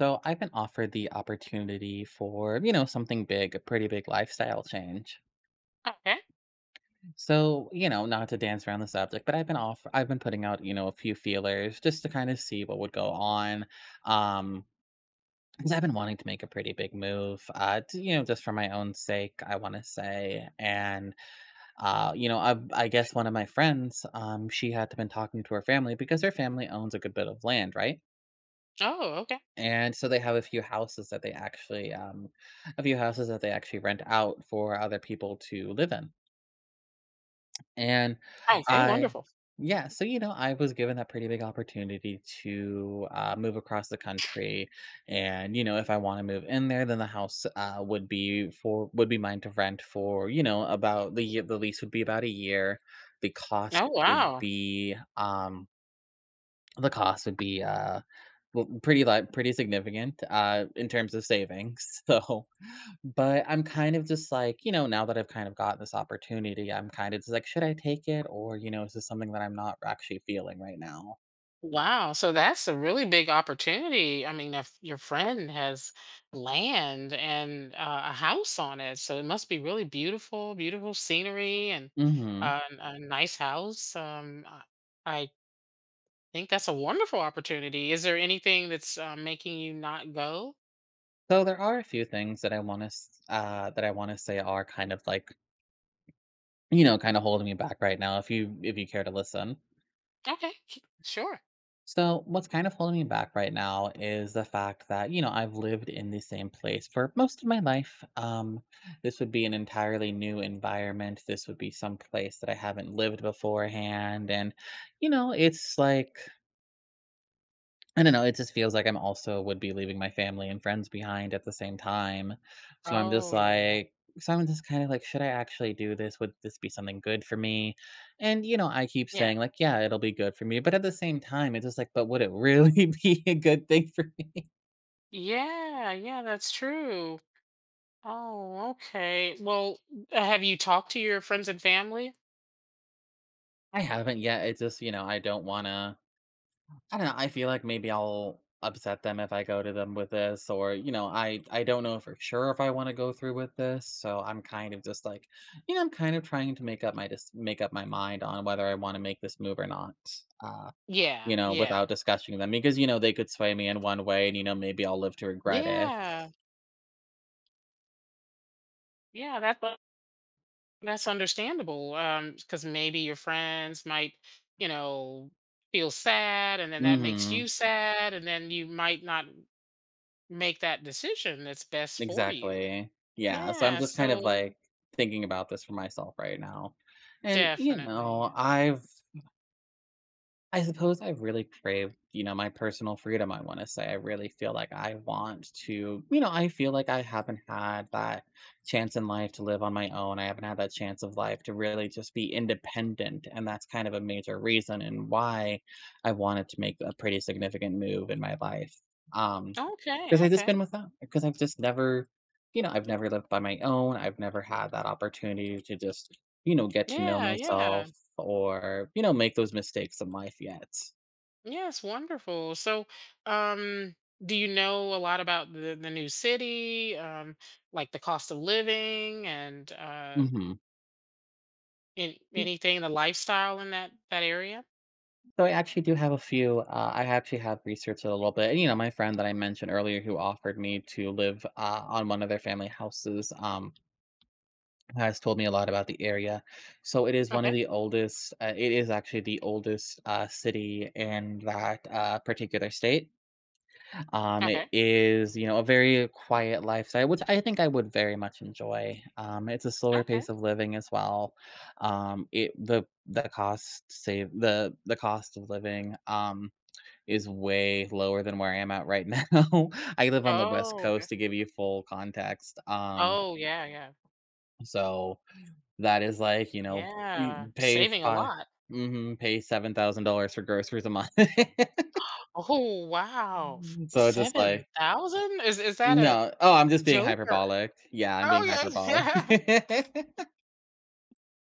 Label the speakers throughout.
Speaker 1: So I've been offered the opportunity for, something big, a pretty big lifestyle change.
Speaker 2: Okay.
Speaker 1: So, not to dance around the subject, but I've been putting out, a few feelers just to kind of see what would go on. Um because I've been wanting to make a pretty big move, to, just for my own sake, I want to say. And, I guess one of my friends, she had been talking to her family because her family owns a good bit of land, right?
Speaker 2: Oh, okay.
Speaker 1: And so they have a few houses that they actually, rent out for other people to live in. And
Speaker 2: Okay,
Speaker 1: I,
Speaker 2: wonderful.
Speaker 1: yeah, so I was given that pretty big opportunity to move across the country, and if I want to move in there, then the house would be mine to rent for about the year. The lease would be about a year. The cost
Speaker 2: Oh,
Speaker 1: would
Speaker 2: wow.
Speaker 1: be um the cost would be pretty pretty significant, in terms of savings, so but I'm kind of just like, now that I've kind of got this opportunity, I'm kind of just like, "Should I take it?" Or, "Is this something that I'm not actually feeling right now?"
Speaker 2: Wow. So that's a really big opportunity. I mean, if your friend has land and a house on it, so it must be really beautiful, beautiful scenery and
Speaker 1: Mhm.
Speaker 2: a nice house. I think that's a wonderful opportunity. Is there anything that's making you not go?
Speaker 1: So there are a few things that I wanna say are kind of like, kinda holding me back right now if you care to listen.
Speaker 2: Okay, sure.
Speaker 1: So, what's kind of holding me back right now is the fact that, I've lived in the same place for most of my life. This would be an entirely new environment. This would be some place that I haven't lived beforehand. And, it's like I don't know, it just feels like I'm also would be leaving my family and friends behind at the same time. So I'm just
Speaker 2: Oh, yeah.
Speaker 1: like so I'm just kind of like, should I actually do this? Would this be something good for me? And I keep
Speaker 2: Yeah.
Speaker 1: saying like, yeah, it'll be good for me, but at the same time, it's just like, but would it really be a good thing for me?
Speaker 2: Yeah, yeah, that's true. Oh, okay. Well, have you talked to your friends and family?
Speaker 1: I haven't yet. It's just, I don't know, I feel like maybe I'll upset them if I go to them with this or, I don't know for sure if I wanna go through with this, so I'm kind of just like, I'm kind of trying to make up my just make up my mind on whether I wanna make this move or not, uh,
Speaker 2: Yeah, yeah,
Speaker 1: without discussing with them because, they could sway me in one way and, maybe I'll live to regret it.
Speaker 2: yeah, yeah. That's understandable. Because maybe your friends might, you know, feel sad, and then that makes
Speaker 1: Mhm.
Speaker 2: you sad, and then you might not make that decision that's best for you.
Speaker 1: Exactly. Yeah, so I'm
Speaker 2: Yeah.
Speaker 1: just kind of,
Speaker 2: So
Speaker 1: like, thinking about this for myself right now. And, you
Speaker 2: definitely.
Speaker 1: know,
Speaker 2: Yeah.
Speaker 1: I've I suppose I really crave, my personal freedom, I wanna say. I really feel like I want to I feel like I haven't had that chance in life to live on my own. I haven't had that chance of life to really just be independent, and that's kind of a major reason and why I wanted to make a pretty significant move in my life. Um, Because
Speaker 2: Okay.
Speaker 1: 'cause I've just
Speaker 2: Okay.
Speaker 1: never I've never lived by my own. I've never had that opportunity to just, get to know
Speaker 2: Yeah. Yeah.
Speaker 1: myself or, make those mistakes in life yet.
Speaker 2: Yes, wonderful. So, um, do you know a lot about the new city, like the cost of living and
Speaker 1: Mhm.
Speaker 2: anything, the lifestyle in that area?
Speaker 1: So I actually do have a few, I actually have researched it a little bit, and, my friend that I mentioned earlier who offered me to live, on one of their family houses, has told me a lot about the area. So it is one of
Speaker 2: Okay,
Speaker 1: the oldest, it is actually the oldest, city in that, particular state. It
Speaker 2: okay,
Speaker 1: is, a very quiet lifestyle, which I think I would very much enjoy. It's a slower
Speaker 2: okay.
Speaker 1: pace of living as well. It the cost save The cost of living is way lower than where I am at right now. I live on the West
Speaker 2: Oh, okay.
Speaker 1: Coast to give you full context.
Speaker 2: Oh, yeah, yeah,
Speaker 1: So that is like, we
Speaker 2: yeah.
Speaker 1: pay
Speaker 2: Saving a
Speaker 1: 5
Speaker 2: lot.
Speaker 1: mm pay $7,000 for groceries a month.
Speaker 2: Oh, wow,
Speaker 1: So it's just
Speaker 2: seven
Speaker 1: like
Speaker 2: thousand? Is that a
Speaker 1: No. Oh, I'm just being
Speaker 2: joke or?
Speaker 1: hyperbolic. Yeah, I'm
Speaker 2: Oh,
Speaker 1: being
Speaker 2: yeah,
Speaker 1: hyperbolic.
Speaker 2: yeah,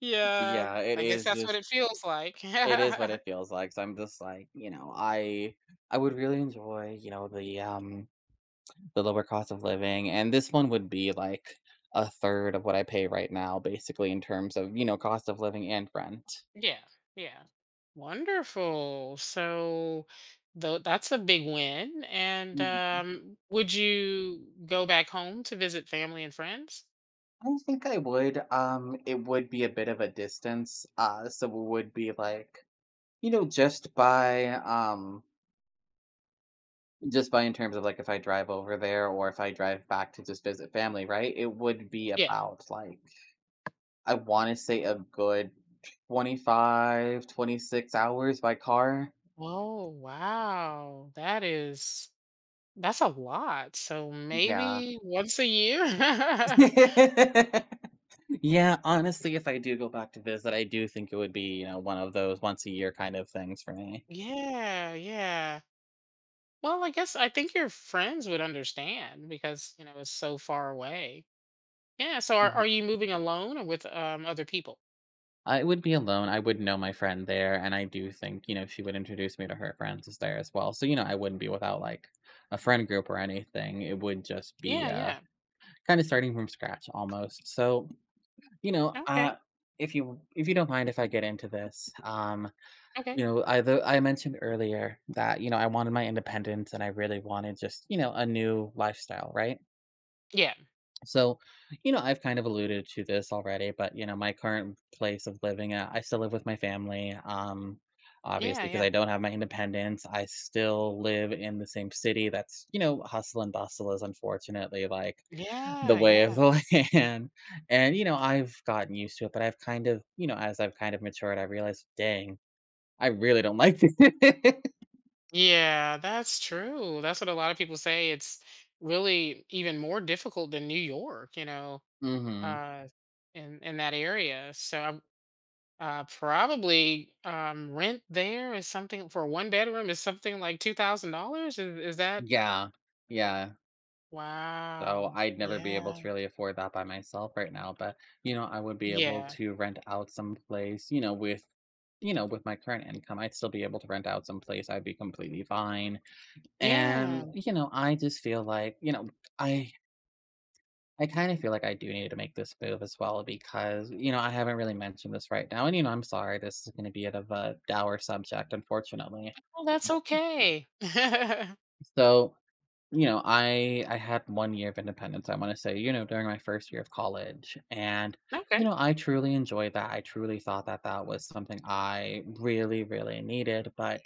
Speaker 2: yeah.
Speaker 1: Yeah,
Speaker 2: I guess that's what it feels like.
Speaker 1: it is what it feels like, so I'm just like, I would really enjoy, the lower cost of living, and this one would be, like, a third of what I pay right now, basically, in terms of, cost of living and rent.
Speaker 2: Yeah, yeah. Wonderful. So though that's a big win. And
Speaker 1: Mhm.
Speaker 2: would you go back home to visit family and friends?
Speaker 1: I think I would. It would be a bit of a distance. So it would be like, you know, just by in terms of like if I drive over there or if I drive back to just visit family, right? It would be
Speaker 2: Yeah.
Speaker 1: about like I want to say a good 25, 26 hours by car.
Speaker 2: Oh, wow. That's a lot. So
Speaker 1: Yeah.
Speaker 2: maybe once a year?
Speaker 1: Yeah, honestly, if I do go back to visit, I do think it would be, one of those once a year kind of things for me.
Speaker 2: Yeah, yeah. Well, I guess I think your friends would understand because, you know, it's so far away. Yeah, so are you moving alone or with other people?
Speaker 1: I would be alone, I would know my friend there, and I do think, she would introduce me to her friends as there as well, so, I wouldn't be without, like, a friend group or anything, it would just be,
Speaker 2: Yeah, yeah.
Speaker 1: kinda starting from scratch almost, so, you know,
Speaker 2: Okay.
Speaker 1: uh, if you don't mind if I get into this,
Speaker 2: Okay.
Speaker 1: I mentioned earlier that, I wanted my independence and I really wanted just, a new lifestyle, right?
Speaker 2: Yeah.
Speaker 1: So, I've kind of alluded to this already, but my current place of living, I still live with my family.
Speaker 2: Yeah,
Speaker 1: Obviously, because
Speaker 2: yeah.
Speaker 1: I don't have my independence, I still live in the same city. That's hustle and bustle is unfortunately like the
Speaker 2: Yeah,
Speaker 1: way of
Speaker 2: yeah.
Speaker 1: the land. And I've gotten used to it, but I've kind of, as I've kind of matured, I realized, dang, I really don't like this.
Speaker 2: Yeah, that's true. That's what a lot of people say. It's really even more difficult than New York, you know,
Speaker 1: Hmm.
Speaker 2: uh, in that area. So probably rent there is something for a one bedroom is something like $2,000. Is that?
Speaker 1: Yeah. Yeah. So
Speaker 2: Wow.
Speaker 1: I'd never be able
Speaker 2: Yeah.
Speaker 1: to really afford that by myself right now, but, I would be able
Speaker 2: Yeah.
Speaker 1: to rent out some place, with my current income, I'd still be able to rent out some place. I'd be completely fine.
Speaker 2: Yeah.
Speaker 1: And, I just feel like, I I kind of feel like I do need to make this move as well because, I haven't really mentioned this right now. And, I'm sorry, this is going to be a bit of a dour subject, unfortunately.
Speaker 2: Oh, that's okay.
Speaker 1: So, I had 1 year of independence, I wanna say, during my first year of college, and,
Speaker 2: Okay.
Speaker 1: I truly enjoyed that, I truly thought that that was something I really, really needed, but,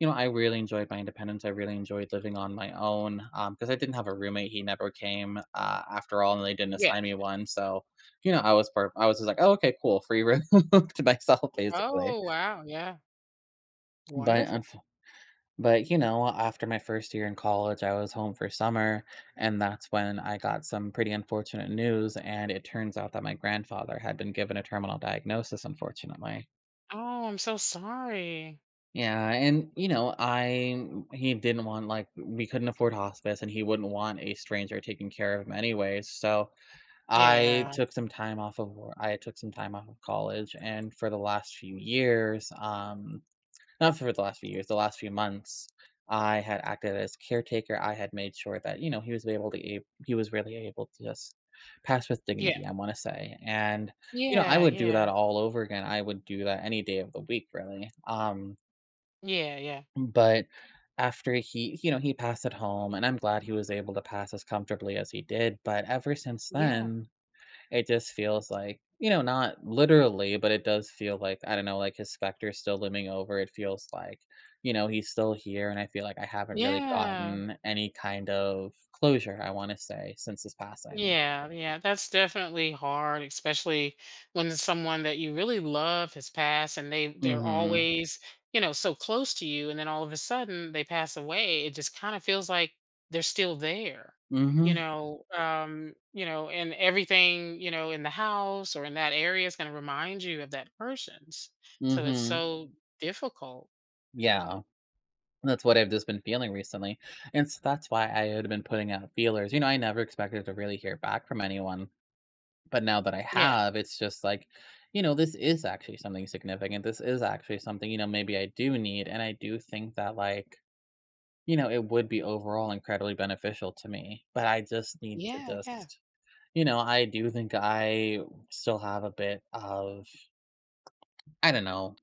Speaker 1: I really enjoyed my independence, I really enjoyed living on my own, because I didn't have a roommate, he never came, after all, and they didn't
Speaker 2: Yeah.
Speaker 1: assign me one, so, I was just like, "Oh, okay, cool, free room to myself," basically,
Speaker 2: Oh wow. Yeah.
Speaker 1: but,
Speaker 2: Wonderful.
Speaker 1: but, after my first year in college, I was home for summer, and that's when I got some pretty unfortunate news. And it turns out that my grandfather had been given a terminal diagnosis, unfortunately.
Speaker 2: Oh, I'm so sorry.
Speaker 1: Yeah, and you know, I he didn't want like we couldn't afford hospice, and he wouldn't want a stranger taking care of him anyways. So I
Speaker 2: Yeah.
Speaker 1: took some time I took some time off of college, and for the last few years, not for the last few years, the last few months, I had acted as caretaker. I had made sure that he was really able to just pass with
Speaker 2: Yeah.
Speaker 1: dignity. I want to say, and I
Speaker 2: Yeah,
Speaker 1: would do
Speaker 2: yeah.
Speaker 1: that all over again. I would do that any day of the week, really.
Speaker 2: Yeah, yeah.
Speaker 1: But after he he passed at home, and I'm glad he was able to pass as comfortably as he did. But ever since
Speaker 2: Yeah.
Speaker 1: then, it just feels like, not literally, but it does feel like, I don't know, like his specter is still looming over. It feels like, he's still here. And I feel like I haven't really
Speaker 2: Yeah.
Speaker 1: gotten any kind of closure, I want to say, since his passing.
Speaker 2: Yeah, yeah. That's definitely hard, especially when someone that you really love has passed and they
Speaker 1: Mm
Speaker 2: they're
Speaker 1: hmm.
Speaker 2: always, you know, so close to you and then all of a sudden they pass away. It just kind of feels like they're still there.
Speaker 1: Mm hmm.
Speaker 2: You know, and everything, you know, in the house or in that area is going to remind you of that person's.
Speaker 1: Mm
Speaker 2: So it's
Speaker 1: hmm.
Speaker 2: so difficult.
Speaker 1: Yeah. That's what I've just been feeling recently. And so that's why I had been putting out feelers. You know, I never expected to really hear back from anyone. But now that I
Speaker 2: Yeah.
Speaker 1: have, it's just like, this is actually something significant. This is actually something, maybe I do need. And I do think that, like, it would be overall incredibly beneficial to me. But I just need to
Speaker 2: Yeah, yeah.
Speaker 1: just, I do think I still have a bit of, I don't know,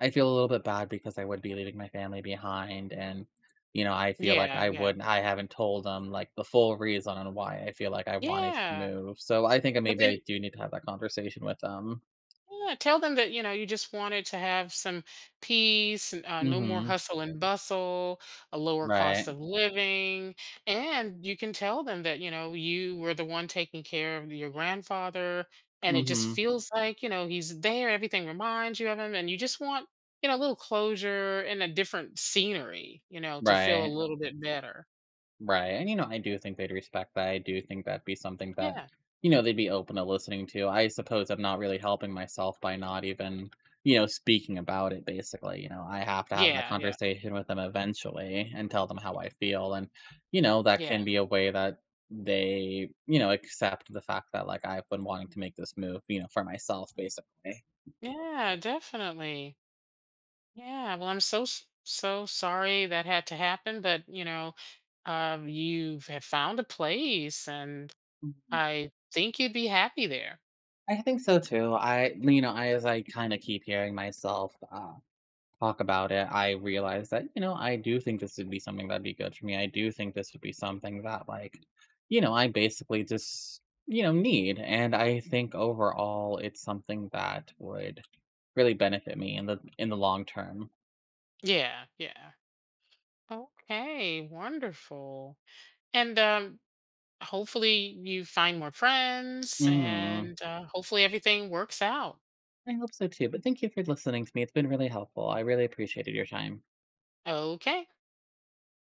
Speaker 1: I feel a little bit bad because I would be leaving my family behind. And, I feel like
Speaker 2: Yeah,
Speaker 1: I
Speaker 2: yeah.
Speaker 1: would, I haven't told them like the full reason on why I feel like I wanted to
Speaker 2: Yeah.
Speaker 1: move. So I think
Speaker 2: But
Speaker 1: maybe
Speaker 2: then
Speaker 1: I do need to have that conversation with them.
Speaker 2: yeah, tell them that, you know, you just wanted to have some peace and, no more
Speaker 1: Mhm.
Speaker 2: hustle and bustle, a lower cost
Speaker 1: Right.
Speaker 2: of living, and you can tell them that, you know, you were the one taking care of your grandfather, and it just
Speaker 1: Mhm.
Speaker 2: feels like, you know, he's there, everything reminds you of him, and you just want, you know, a little closure and a different scenery, you know, to feel a
Speaker 1: Right.
Speaker 2: little bit better.
Speaker 1: Right, and, I do think they'd respect that. I do think that'd be something that,
Speaker 2: Yeah.
Speaker 1: they'd be open to listening to. I suppose I'm not really helping myself by not even, speaking about it, basically, I have to have that
Speaker 2: Yeah, yeah.
Speaker 1: conversation with them eventually and tell them how I feel, and, that
Speaker 2: Yeah.
Speaker 1: can be a way that they, accept the fact that, like, I've been wanting to make this move, for myself, basically.
Speaker 2: Yeah, definitely. Yeah. Well, I'm so so sorry that had to happen, but you know, you have found a place, and
Speaker 1: Mhm.
Speaker 2: I think you'd be happy there.
Speaker 1: I think so too. I, you know, I As I kind of keep hearing myself talk about it, I realize that I do think this would be something that'd be good for me. I do think this would be something that, like, you know, I basically just you know need, and I think overall it's something that would really benefit me in the long term.
Speaker 2: Yeah, yeah. Okay, wonderful. And hopefully you find more friends,
Speaker 1: Hmm.
Speaker 2: and hopefully everything works out.
Speaker 1: I hope so too. But thank you for listening to me. It's been really helpful. I really appreciated your time.
Speaker 2: Okay.